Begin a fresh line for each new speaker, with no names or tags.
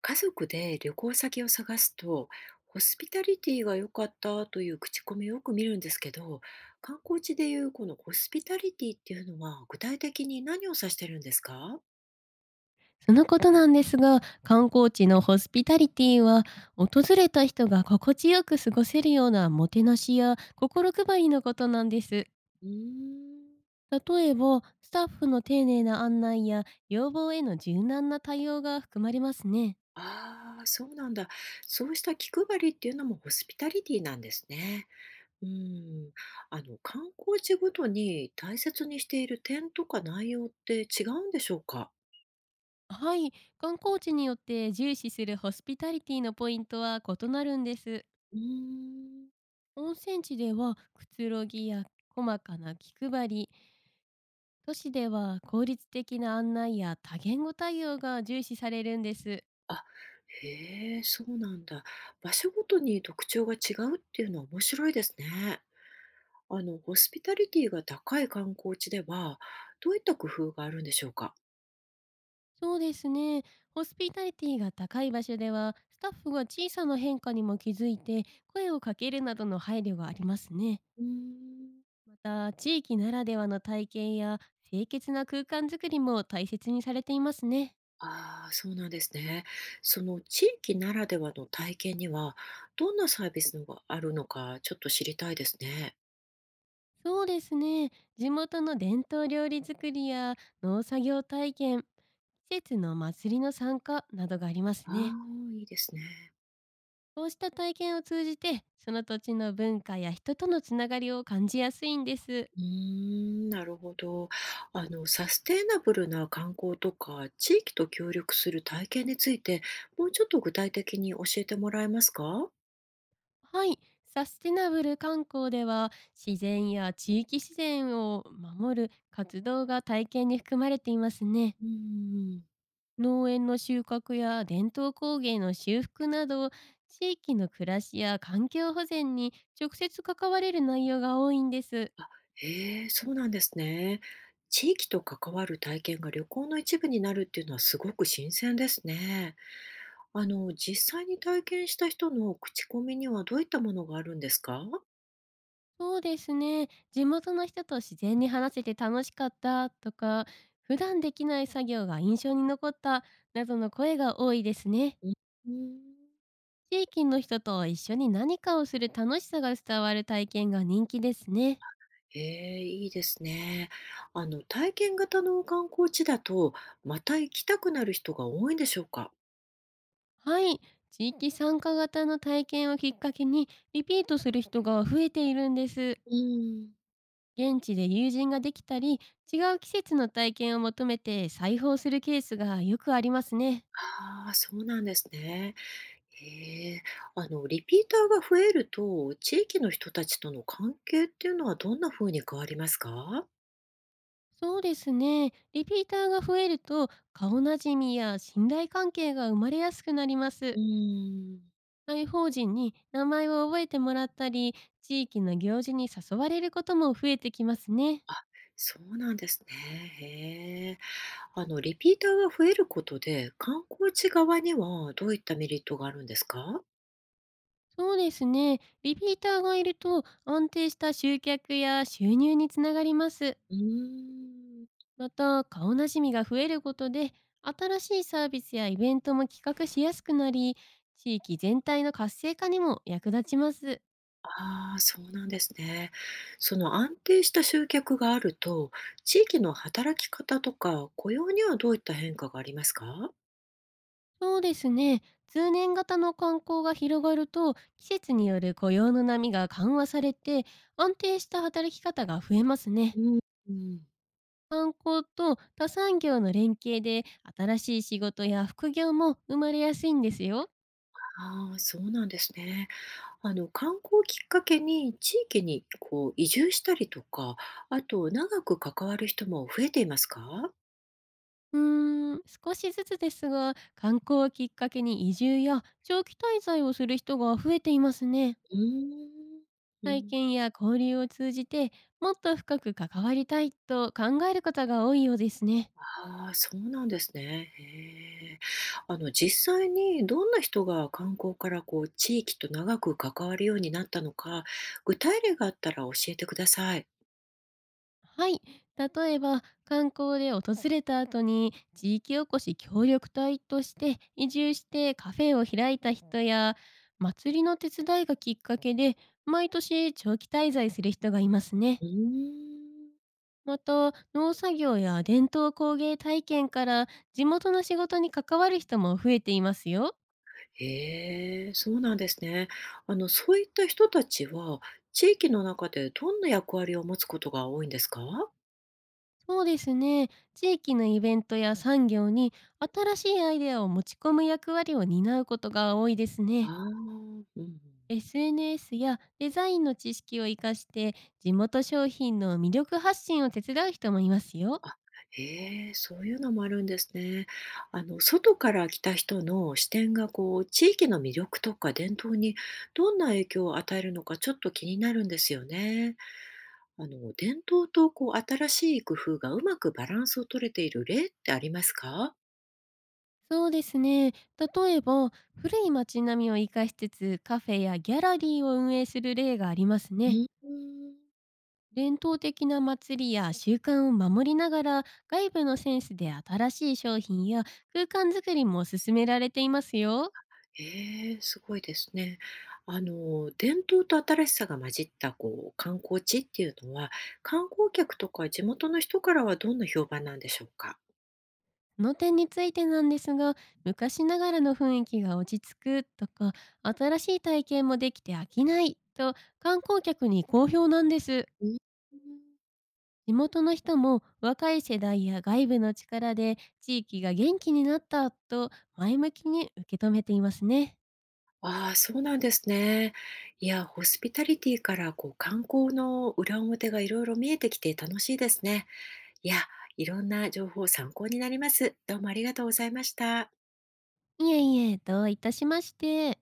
家族で旅行先を探すと、ホスピタリティが良かったという口コミをよく見るんですけど、観光地でいうこのホスピタリティっていうのは具体的に何を指してるんですか？
そのことなんですが、観光地のホスピタリティは、訪れた人が心地よく過ごせるようなもてなしや心配りのことなんです。
うーん、
例えば、スタッフの丁寧な案内や要望への柔軟な対応が含まれますね。
ああ、そうなんだ。そうした気配りっていうのもホスピタリティなんですね。うん。あの、観光地ごとに大切にしている点とか内容って違うんでしょうか？
はい、観光地によって重視するホスピタリティのポイントは異なるんです。
うーん。
温泉地ではくつろぎや細かな気配り、都市では効率的な案内や多言語対応が重視されるんです。
あ、へえ、そうなんだ。場所ごとに特徴が違うっていうのは面白いですね。あの、ホスピタリティが高い観光地では、どういった工夫があるんでしょうか？
そうですね。ホスピタリティが高い場所では、スタッフが小さな変化にも気づいて、声をかけるなどの配慮がありますね。
うーん。
また、地域ならではの体験や清潔な空間づくりも大切にされていますね。
ああ、そうなんですね。その地域ならではの体験には、どんなサービスのがあるのか、ちょっと知りたいですね。
そうですね。地元の伝統料理作りや農作業体験、季節の祭りの参加などがあります
あ
ね。
あ、いいですね。
こうした体験を通じて、その土地の文化や人とのつながりを感じやすいんです。
うーん、なるほど。あの、サステイナブルな観光とか、地域と協力する体験について、もうちょっと具体的に教えてもらえますか？
はい、サステナブル観光では、自然や地域自然を守る活動が体験に含まれていますね。
うーん。
農園の収穫や伝統工芸の修復など、地域の暮らしや環境保全に直接関われる内容が多いんです。
へえ、そうなんですね。地域と関わる体験が旅行の一部になるっていうのはすごく新鮮ですね。あの、実際に体験した人の口コミにはどういったものがあるんですか？
そうですね。地元の人と自然に話せて楽しかったとか、普段できない作業が印象に残ったなどの声が多いですね。
うん。
地域の人と一緒に何かをする楽しさが伝わる体験が人気ですね。
ええ、いいですね。あの、体験型の観光地だと、また行きたくなる人が多いんでしょうか？
はい。地域参加型の体験をきっかけにリピートする人が増えているんです。
うーん。
現地で友人ができたり、違う季節の体験を求めて再訪するケースがよくありますね。
ああ、そうなんですね。ええ。あの、リピーターが増えると、地域の人たちとの関係っていうのはどんな風に変わりますか？
そうですね。リピーターが増えると、顔なじみや信頼関係が生まれやすくなります。
うーん。
介法人に名前を覚えてもらったり、地域の行事に誘われることも増えてきますね。
そうなんですね。へえ。あの、リピーターが増えることで、観光地側にはどういったメリットがあるんですか？
そうですね。リピーターがいると、安定した集客や収入につながります。
うーん。
また、顔なじみが増えることで、新しいサービスやイベントも企画しやすくなり、地域全体の活性化にも役立ちます。
ああ、そうなんですね。その安定した集客があると、地域の働き方とか雇用にはどういった変化がありますか？
そうですね。通年型の観光が広がると、季節による雇用の波が緩和されて、安定した働き方が増えますね。
うん、うん、
観光と他産業の連携で、新しい仕事や副業も生まれやすいんですよ。
ああ、そうなんですね。あの、観光をきっかけに地域にこう移住したりとか、あと長く関わる人も増えていますか？
うーん、少しずつですが、観光をきっかけに移住や長期滞在をする人が増えていますね。
うーん。う
体
ん。
験や交流を通じて、もっと深く関わりたいと考える方が多いようですね。
ああ、そうなんですね。へえ。あの、実際にどんな人が観光からこう、地域と長く関わるようになったのか、具体例があったら教えてください。
はい。例えば、観光で訪れた後に地域おこし協力隊として移住してカフェを開いた人や、祭りの手伝いがきっかけで毎年長期滞在する人がいますね。
うーん。
また、農作業や伝統工芸体験から地元の仕事に関わる人も増えていますよ。
へえ、そうなんですね。あの、そういった人たちは、地域の中でどんな役割を持つことが多いんですか？
そうですね。地域のイベントや産業に新しいアイデアを持ち込む役割を担うことが多いです
あ
ね。
あー、うんうん。
SNS やデザインの知識を活かして、地元商品の魅力発信を手伝う人もいますよ。
へえ、そういうのもあるんですね。あの、外から来た人の視点がこう、地域の魅力とか伝統にどんな影響を与えるのかちょっと気になるんですよね。あの、伝統とこう、新しい工夫がうまくバランスを取れている例ってありますか？
そうですね。例えば、古い街並みを活かしつつ、カフェやギャラリーを運営する例があります
う
ね。
ん。
伝統的な祭りや習慣を守りながら、外部のセンスで新しい商品や空間づくりも進められていますよ。
ええ、すごいですね。あの、伝統と新しさが混じったこう、観光地っていうのは、観光客とか地元の人からはどんな評判なんでしょうか？
その点についてなんですが、昔ながらの雰囲気が落ち着くとか、新しい体験もできて飽きないと、観光客に好評なんです。
うん。
地元の人も、若い世代や外部の力で地域が元気になったと前向きに受け止めていますね。
ああ、そうなんですね。いや、ホスピタリティからこう観光の裏表がいろいろ見えてきて楽しいですね。いや、いろんな情報参考になります。どうもありがとうございました。
いえいえ、どういたしまして。